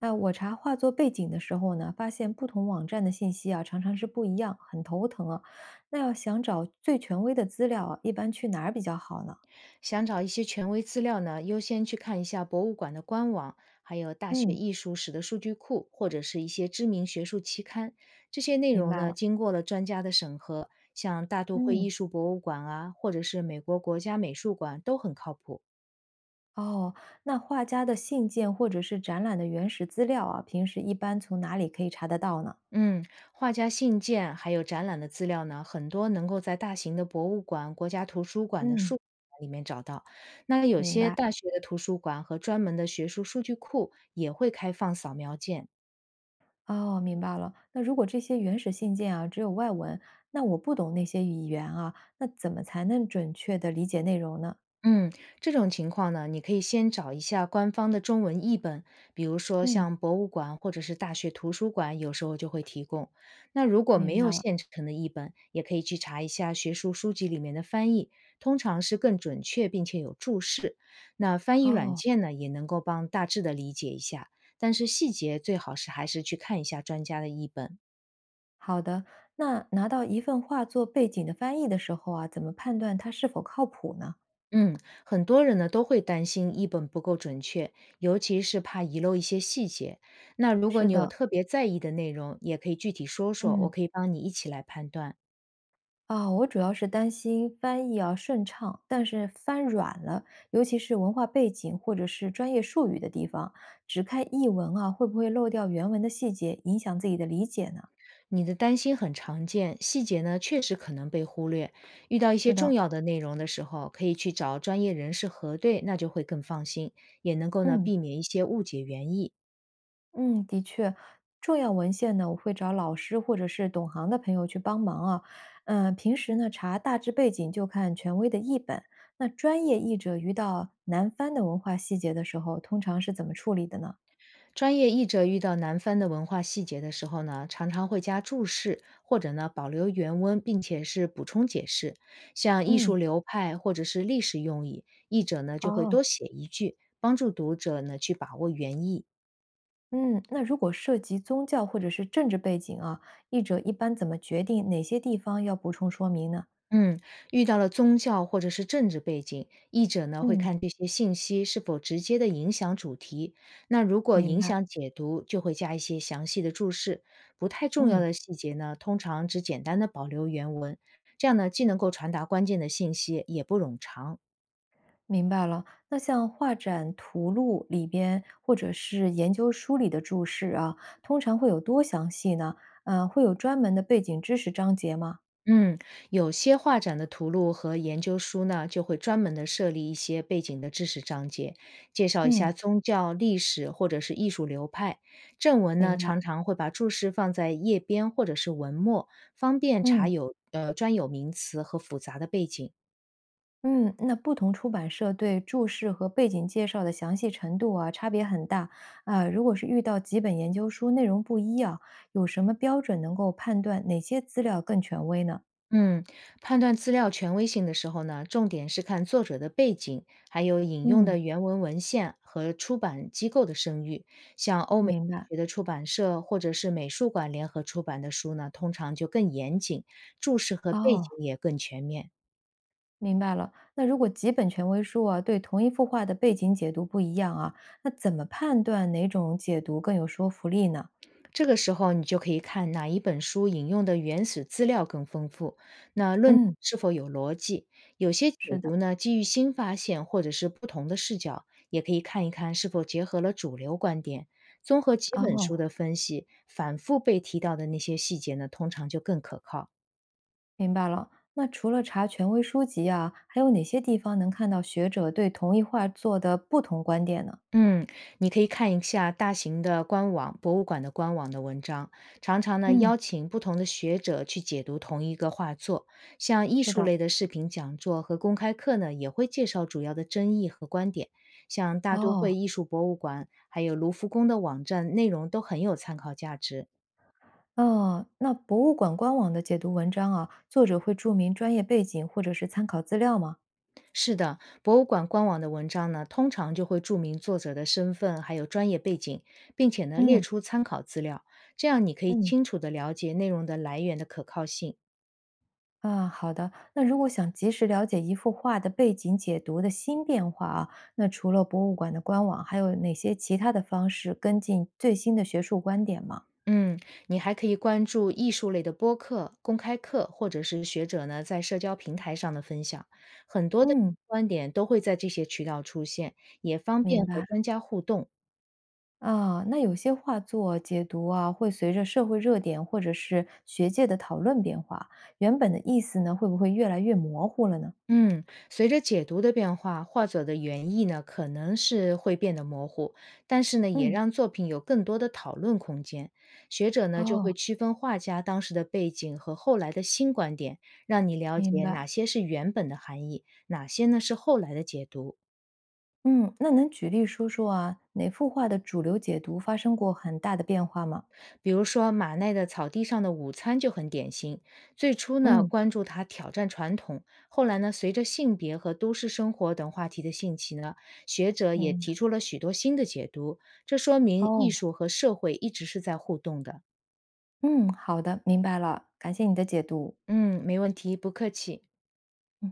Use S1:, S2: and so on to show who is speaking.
S1: 那我查画作背景的时候呢，发现不同网站的信息啊，常常是不一样，很头疼啊。那要想找最权威的资料啊，一般去哪儿比较好呢？
S2: 想找一些权威资料呢，优先去看一下博物馆的官网，还有大学
S1: 嗯，
S2: 艺术史的数据库，或者是一些知名学术期刊。这些内
S1: 明
S2: 容
S1: 白
S2: 呢，
S1: 了。
S2: 经过了专家的审核，像大都会
S1: 嗯，
S2: 艺术博物馆啊，或者是美国国家美术馆都很靠谱。
S1: 哦，那画家的信件或者是展览的原始资料啊，平时一般从哪里可以查得到呢？
S2: 嗯，画家信件还有展览的资料呢，很多能够在大型的博物馆、国家图书馆的
S1: 嗯，
S2: 数里面找到。那有
S1: 明
S2: 些
S1: 白。
S2: 大学的图书馆和专门的学术数据库也会开放扫描件。
S1: 哦，明白了。那如果这些原始信件啊只有外文，那我不懂那些语言啊，那怎么才能准确的理解内容呢？
S2: 嗯，这种情况呢，你可以先找一下官方的中文译本，比如说
S1: 嗯，
S2: 像博物馆或者是大学图书馆，有时候就会提供。那如果没
S1: 明白
S2: 有
S1: 了。
S2: 现成的译本，也可以去查一下学术书籍里面的翻译，通常是更准确并且有注释。那翻译软
S1: 哦，
S2: 件呢，也能够帮大致的理解一下，但是细节最好是还是去看一下专家的译本。
S1: 好的，那拿到一份画作背景的翻译的时候啊，怎么判断它是否靠谱呢？
S2: 嗯，很多人呢都会担心译本不够准确，尤其是怕遗漏一些细节。那如果
S1: 是
S2: 你有
S1: 的，
S2: 特别在意的内容，也可以具体说说，我
S1: 嗯，
S2: 可以帮你一起来判断。
S1: 啊，我主要是担心翻译啊顺畅，但是翻软了，尤其是文化背景或者是专业术语的地方，只看译文啊，会不会漏掉原文的细节，影响自己的理解呢？
S2: 你的担心很常见，细节呢确实可能被忽略。遇到一些
S1: 是的，
S2: 重要的内容的时候，可以去找专业人士核对，那就会更放心，也能够呢
S1: 嗯。
S2: 避免一些误解原意。
S1: 嗯，的确，重要文献呢，我会找老师或者是懂行的朋友去帮忙啊。嗯，平时呢查大致背景就看权威的译本。那专业译者遇到难翻的文化细节的时候，通常是怎么处理的呢？
S2: 专业译者遇到难翻的文化细节的时候呢，常常会加注释，或者呢保留原文，并且是补充解释。像艺
S1: 嗯，
S2: 术流派或者是历史用语，译者呢就会
S1: 哦，
S2: 多写一句，帮助读者呢去把握原意。
S1: 嗯，那如果涉及宗教或者是政治背景啊，译者一般怎么决定哪些地方要补充说明呢？
S2: 嗯，遇到了宗教或者是政治背景，译者呢会
S1: 嗯，
S2: 看这些信息是否直接的影响主题。那如果
S1: 明
S2: 影
S1: 白。
S2: 响解读，就会加一些详细的注释。不太重要
S1: 嗯。
S2: 的细节呢，通常只简单的保留原文，这样呢既能够传达关键的信息，也不冗长。
S1: 明白了，那像画展图录里边或者是研究书里的注释啊，通常会有多详细呢？会有专门的背景知识章节吗？
S2: 嗯，有些画展的图录和研究书呢，就会专门的设立一些背景的知识章节，介绍一
S1: 嗯，
S2: 下宗教、历史或者是艺术流派。正文呢，
S1: 明白，
S2: 常常会把注释放在页边或者是文末，方便查
S1: 嗯
S2: 有专有名词和复杂的背景。
S1: 嗯，那不同出版社对注释和背景介绍的详细程度啊，差别很大啊，如果是遇到几本研究书内容不一啊，有什么标准能够判断哪些资料更权威呢？
S2: 嗯，判断资料权威性的时候呢，重点是看作者的背景，还有引用
S1: 嗯，
S2: 的原文文献和出版机构的声誉。像欧美
S1: 明白，
S2: 学的出版社或者是美术馆联合出版的书呢，通常就更严谨，注释和背
S1: 哦。
S2: 景也更全面。
S1: 明白了。那如果几本权威书啊，对同一幅画的背景解读不一样啊，那怎么判断哪种解读更有说服力呢？
S2: 这个时候你就可以看哪一本书引用的原始资料更丰富，那论
S1: 嗯，
S2: 是否有逻辑。有些解
S1: 是的。
S2: 读呢，基于新发现或者是不同的视角，也可以看一看是否结合了主流观点。综合几本
S1: 哦，
S2: 书的分析，反复被提到的那些细节呢，通常就更可靠。
S1: 明白了。那除了查权威书籍啊，还有哪些地方能看到学者对同一画作的不同观点呢？
S2: 嗯，你可以看一下大型的官网、博物馆的官网的文章，常常呢
S1: 嗯，
S2: 邀请不同的学者去解读同一个画作。像艺
S1: 是
S2: 术
S1: 的。
S2: 类的视频讲座和公开课呢，也会介绍主要的争议和观点。像大都
S1: 哦，
S2: 会艺术博物馆，还有卢浮宫的网站，内容都很有参考价值。
S1: 哦，那博物馆官网的解读文章啊，作者会注明专业背景或者是参考资料吗？
S2: 是的，博物馆官网的文章呢，通常就会注明作者的身份，还有专业背景，并且呢列
S1: 嗯
S2: 出参考资料，这样你可以
S1: 嗯。
S2: 清楚的了解内容的来源的可靠性。
S1: 啊，好的。那如果想及时了解一幅画的背景解读的新变化啊，那除了博物馆的官网，还有哪些其他的方式跟进最新的学术观点吗？
S2: 嗯，你还可以关注艺术类的播客、公开课，或者是学者呢在社交平台上的分享，很多的
S1: 嗯，
S2: 观点都会在这些渠道出现，也方
S1: 明
S2: 便和
S1: 白。
S2: 专家互动。
S1: 啊，那有些画作解读啊，会随着社会热点或者是学界的讨论变化，原本的意思呢，会不会越来越模糊了呢？
S2: 嗯，随着解读的变化，画作的原意呢可能是会变得模糊，但是呢，也
S1: 嗯，
S2: 让作品有更多的讨论空间。学者呢就会
S1: 哦，
S2: 区分画家当时的背景和后来的新观点，让你了
S1: 明
S2: 解
S1: 白。
S2: 哪些是原本的含义，哪些呢是后来的解读。
S1: 嗯，那能举例说说啊，哪幅画的主流解读发生过很大的变化吗？
S2: 比如说马奈的《草地上的午餐》就很典型。最初呢，
S1: 嗯，
S2: 关注他挑战传统，后来呢，随着性别和都市生活等话题的兴起呢，学者也
S1: 明白。
S2: 提出了许多新的解读。这说明艺
S1: 哦，
S2: 术和社会一直是在互动的。
S1: 嗯，好的，明白了，感谢你的解读。
S2: 嗯，没问题，不客气。
S1: 嗯。